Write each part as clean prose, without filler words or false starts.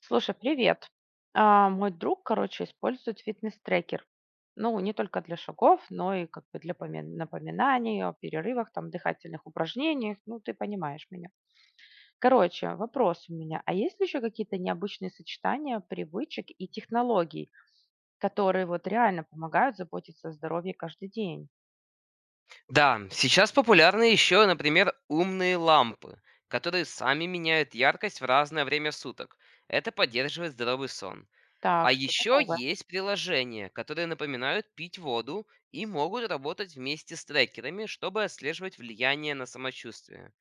Слушай, привет. А, мой друг, короче, использует фитнес-трекер. Ну, не только для шагов, но и как бы для напоминаний о перерывах, там, дыхательных упражнениях. Ну, ты понимаешь меня. Короче, вопрос у меня. А есть ли еще какие-то необычные сочетания привычек и технологий, которые вот реально помогают заботиться о здоровье каждый день? Да, сейчас популярны еще, например, умные лампы, которые сами меняют яркость в разное время суток. Это поддерживает здоровый сон. А Так, что-то еще новое. есть приложения, которые напоминают пить воду и могут работать вместе с трекерами, чтобы отслеживать влияние на самочувствие.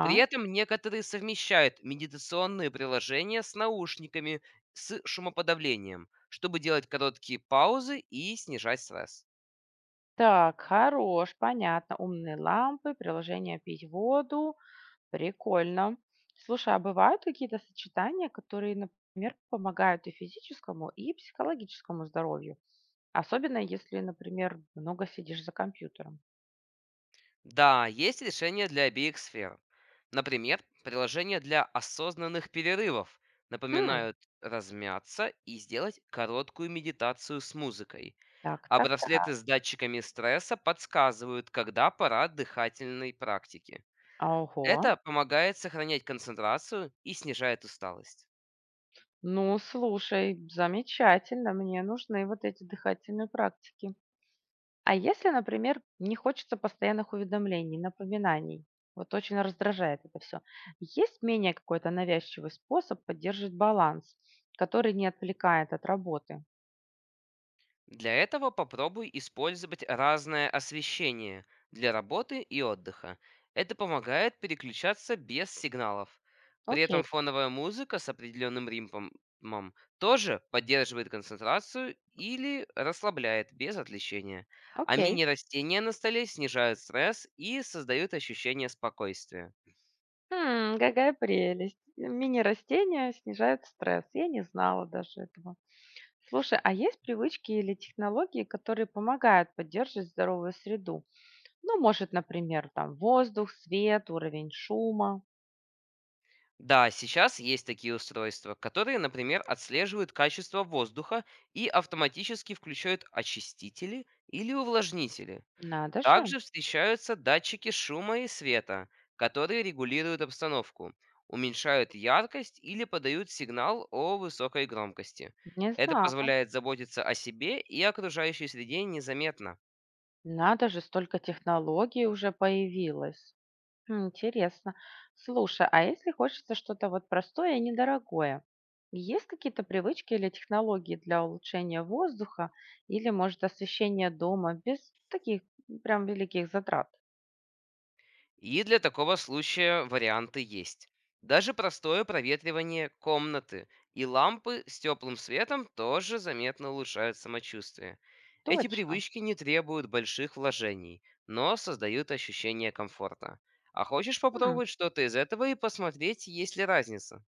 При этом некоторые совмещают медитационные приложения с наушниками с шумоподавлением, чтобы делать короткие паузы и снижать стресс. Так, хорош, понятно. Умные лампы, приложение пить воду. Прикольно. Слушай, а бывают какие-то сочетания, которые, например, помогают и физическому, и психологическому здоровью? Особенно если, например, много сидишь за компьютером. Да, есть решения для обеих сфер. Например, приложения для осознанных перерывов Хм. напоминают размяться и сделать короткую медитацию с музыкой. Так, А так, браслеты так. с датчиками стресса подсказывают, когда пора дыхательной практики. Ого. Это помогает сохранять концентрацию и снижает усталость. Ну, слушай, замечательно. Мне нужны вот эти дыхательные практики. А если, например, не хочется постоянных уведомлений, напоминаний? Вот очень раздражает это все. Есть менее какой-то навязчивый способ поддерживать баланс, который не отвлекает от работы? Для этого попробуй использовать разное освещение для работы и отдыха. Это помогает переключаться без сигналов. При Окей, этом фоновая музыка с определенным ритмом тоже поддерживает концентрацию или расслабляет без отвлечения. А окей. мини-растения на столе снижают стресс и создают ощущение спокойствия. Какая прелесть. Мини-растения снижают стресс. Я не знала даже этого. Слушай, а есть привычки или технологии, которые помогают поддерживать здоровую среду? Ну, может, например, там воздух, свет, уровень шума. Да, сейчас есть такие устройства, которые, например, отслеживают качество воздуха и автоматически включают очистители или увлажнители. Надо же, Также встречаются датчики шума и света, которые регулируют обстановку, уменьшают яркость или подают сигнал о высокой громкости. не Это знала. позволяет заботиться о себе и окружающей среде незаметно. Надо же, столько технологий уже появилось. Интересно. Слушай, а если хочется что-то вот простое и недорогое, есть какие-то привычки или технологии для улучшения воздуха или, может, освещения дома без таких прям великих затрат? И для такого случая варианты есть. Даже простое проветривание комнаты и лампы с теплым светом тоже заметно улучшают самочувствие. Эти Точно. привычки не требуют больших вложений, но создают ощущение комфорта. А хочешь М, попробовать что-то из этого и посмотреть, есть ли разница?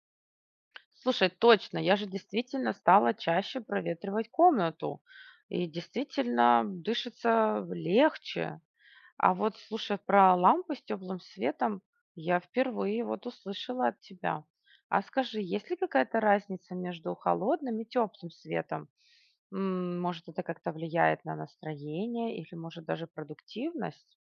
Слушай, точно, я же действительно стала чаще проветривать комнату, и действительно дышится легче. А вот слушай, про лампы с теплым светом я впервые вот услышала от тебя. А скажи, есть ли какая-то разница между холодным и теплым светом? Может, это как-то влияет на настроение или, может, даже продуктивность?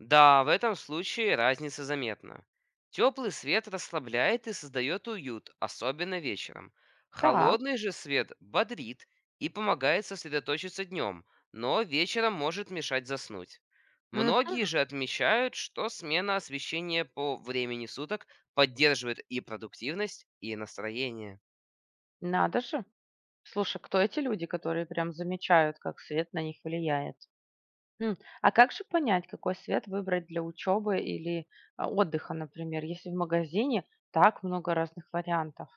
Да, в этом случае разница заметна. Теплый свет расслабляет и создает уют, особенно вечером. Так, Холодный же свет бодрит и помогает сосредоточиться днем, но вечером может мешать заснуть. Многие мгм, же отмечают, что смена освещения по времени суток поддерживает и продуктивность, и настроение. надо же. Слушай, кто эти люди, которые прям замечают, как свет на них влияет? А как же понять, какой свет выбрать для учебы или отдыха, например, если в магазине так много разных вариантов?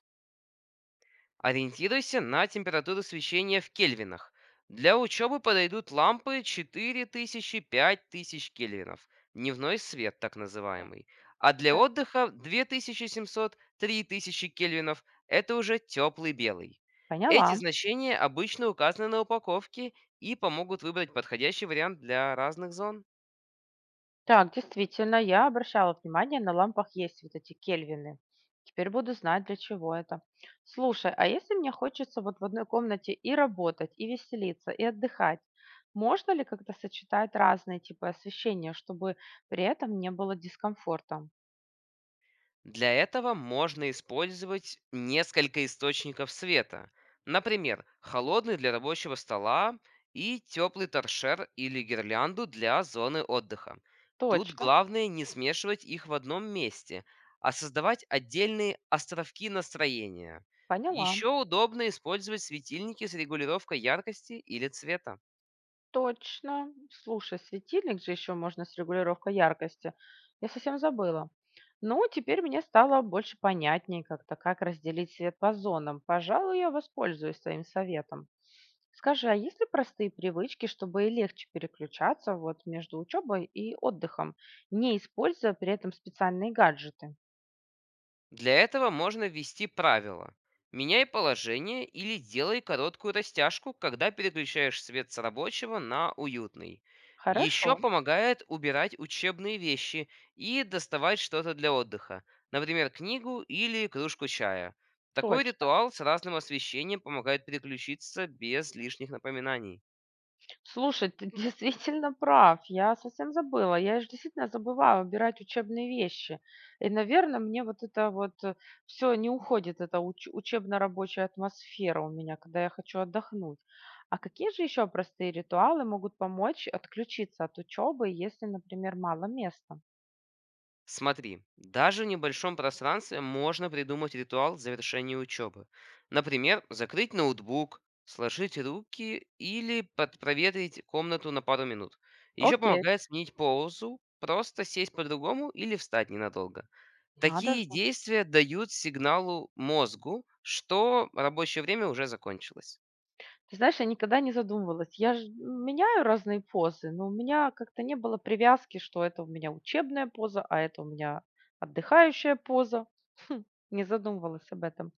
Ориентируйся на температуру свечения в кельвинах. Для учебы подойдут лампы 4000-5000 кельвинов, дневной свет так Да. называемый. А для отдыха 2700-3000 кельвинов — это уже теплый белый. Эти Поняла. значения обычно указаны на упаковке и помогут выбрать подходящий вариант для разных зон. Так, действительно, я обращала внимание, на лампах есть вот эти кельвины. Теперь буду знать, для чего это. Слушай, а если мне хочется вот в одной комнате и работать, и веселиться, и отдыхать, можно ли как-то сочетать разные типы освещения, чтобы при этом не было дискомфорта? Для этого можно использовать несколько источников света. Например, холодный для рабочего стола и теплый торшер или гирлянду для зоны отдыха. Тут Точно, главное не смешивать их в одном месте, а создавать отдельные островки настроения. поняла. Еще удобно использовать светильники с регулировкой яркости или цвета. Точно. Слушай, светильник же еще можно с регулировкой яркости. Я совсем забыла. Ну, теперь мне стало больше понятнее как-то, как разделить свет по зонам. Пожалуй, я воспользуюсь твоим советом. Скажи, а есть ли простые привычки, чтобы и легче переключаться вот между учебой и отдыхом, не используя при этом специальные гаджеты? Для этого можно ввести правило. Меняй положение или делай короткую растяжку, когда переключаешь свет с рабочего на уютный. Хорошо, Еще помогает убирать учебные вещи и доставать что-то для отдыха, например, книгу или кружку чая. Такой точно. ритуал с разным освещением помогает переключиться без лишних напоминаний. Слушай, ты действительно прав. Я совсем забыла. Я же действительно забываю убирать учебные вещи. И, наверное, мне вот это вот все не уходит, эта учебно-рабочая атмосфера у меня, когда я хочу отдохнуть. А какие же еще простые ритуалы могут помочь отключиться от учебы, если, например, мало места? Смотри, даже в небольшом пространстве можно придумать ритуал завершения учебы. Например, закрыть ноутбук, сложить руки или под- проветрить комнату на пару минут. Еще Окей, помогает сменить позу, просто сесть по-другому или встать ненадолго. надо Такие же. действия дают сигналу мозгу, что рабочее время уже закончилось. Ты знаешь, я никогда не задумывалась. Я же меняю разные позы, но у меня как-то не было привязки, что это у меня учебная поза, а это у меня отдыхающая поза. Хм, Не задумывалась об этом.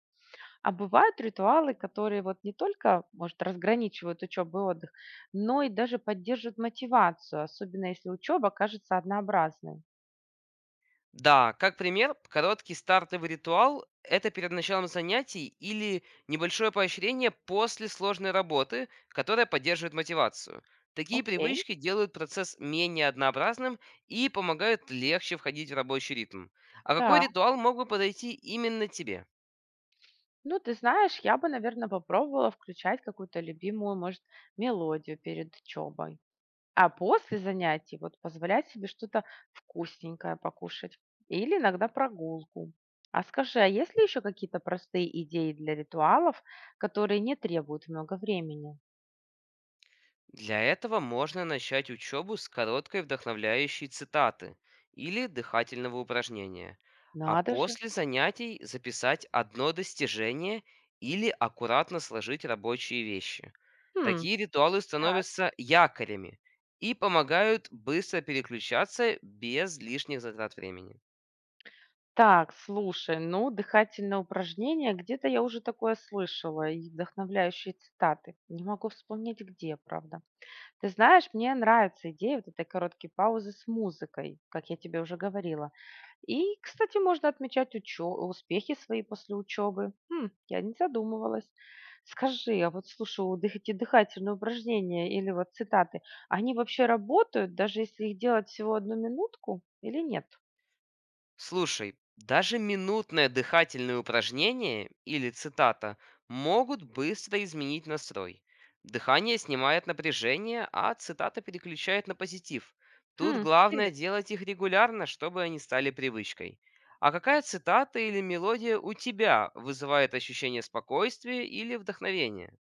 А бывают ритуалы, которые вот не только, может, разграничивают учебу и отдых, но и даже поддерживают мотивацию, особенно если учеба кажется однообразной. Да, как пример, короткий стартовый ритуал — это перед началом занятий или небольшое поощрение после сложной работы, которая поддерживает мотивацию. Такие Окей, привычки делают процесс менее однообразным и помогают легче входить в рабочий ритм. А какой да. ритуал мог бы подойти именно тебе? Ну, ты знаешь, я бы, наверное, попробовала включать какую-то любимую, может, мелодию перед учебой. А после занятий вот позволять себе что-то вкусненькое покушать или иногда прогулку. А скажи, а есть ли еще какие-то простые идеи для ритуалов, которые не требуют много времени? Для этого можно начать учебу с короткой вдохновляющей цитаты или дыхательного упражнения, а Надо же. после занятий записать одно достижение или аккуратно сложить рабочие вещи. Хм. Такие ритуалы Так. становятся якорями и помогают быстро переключаться без лишних затрат времени. Так, слушай, ну, дыхательное упражнение, где-то я уже такое слышала, и вдохновляющие цитаты. Не могу вспомнить, где, правда. Ты знаешь, мне нравится идея вот этой короткой паузы с музыкой, как я тебе уже говорила. И, кстати, можно отмечать успехи свои после учебы. Я не задумывалась. Скажи, а вот слушай, эти дыхательные упражнения или вот цитаты, они вообще работают, даже если их делать всего одну минутку или нет? Слушай, даже минутное дыхательное упражнение или цитата могут быстро изменить настрой. Дыхание снимает напряжение, а цитата переключает на позитив. Тут главное Интересно. делать их регулярно, чтобы они стали привычкой. А какая цитата или мелодия у тебя вызывает ощущение спокойствия или вдохновения?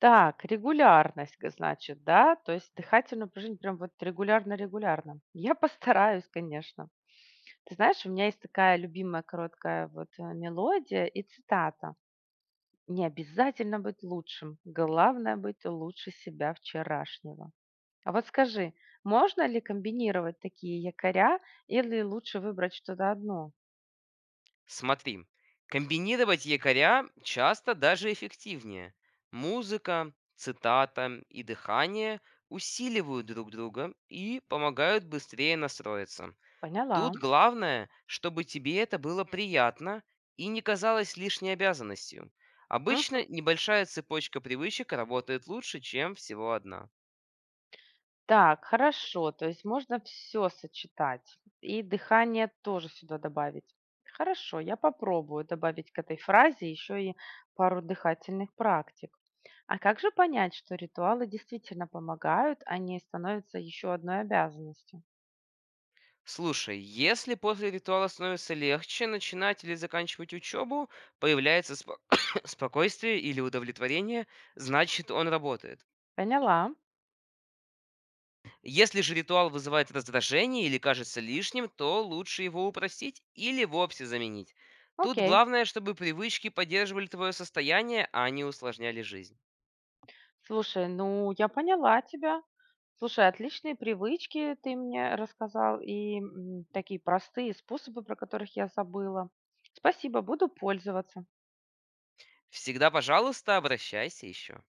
Так, регулярность, значит, да? То есть дыхательное упражнение прям вот регулярно-регулярно. Я постараюсь, конечно. Ты знаешь, у меня есть такая любимая короткая вот мелодия и цитата. Не обязательно быть лучшим, главное быть лучше себя вчерашнего. А вот скажи, можно ли комбинировать такие якоря или лучше выбрать что-то одно? Смотри, комбинировать якоря часто даже эффективнее. Музыка, цитата и дыхание усиливают друг друга и помогают быстрее настроиться. Тут Поняла. главное, чтобы тебе это было приятно и не казалось лишней обязанностью. Обычно небольшая цепочка привычек работает лучше, чем всего одна. Так, хорошо. То есть можно все сочетать. И дыхание тоже сюда добавить. Хорошо, я попробую добавить к этой фразе еще и пару дыхательных практик. А как же понять, что ритуалы действительно помогают, а не становятся еще одной обязанностью? Слушай, если после ритуала становится легче начинать или заканчивать учебу, появляется спо- спокойствие или удовлетворение, значит он работает. Поняла. Если же ритуал вызывает раздражение или кажется лишним, то лучше его упростить или вовсе заменить. Тут Окей. главное, чтобы привычки поддерживали твое состояние, а не усложняли жизнь. Слушай, ну я поняла тебя. Слушай, отличные привычки ты мне рассказал и такие простые способы, про которых я забыла. Спасибо, буду пользоваться. Всегда, пожалуйста, обращайся еще.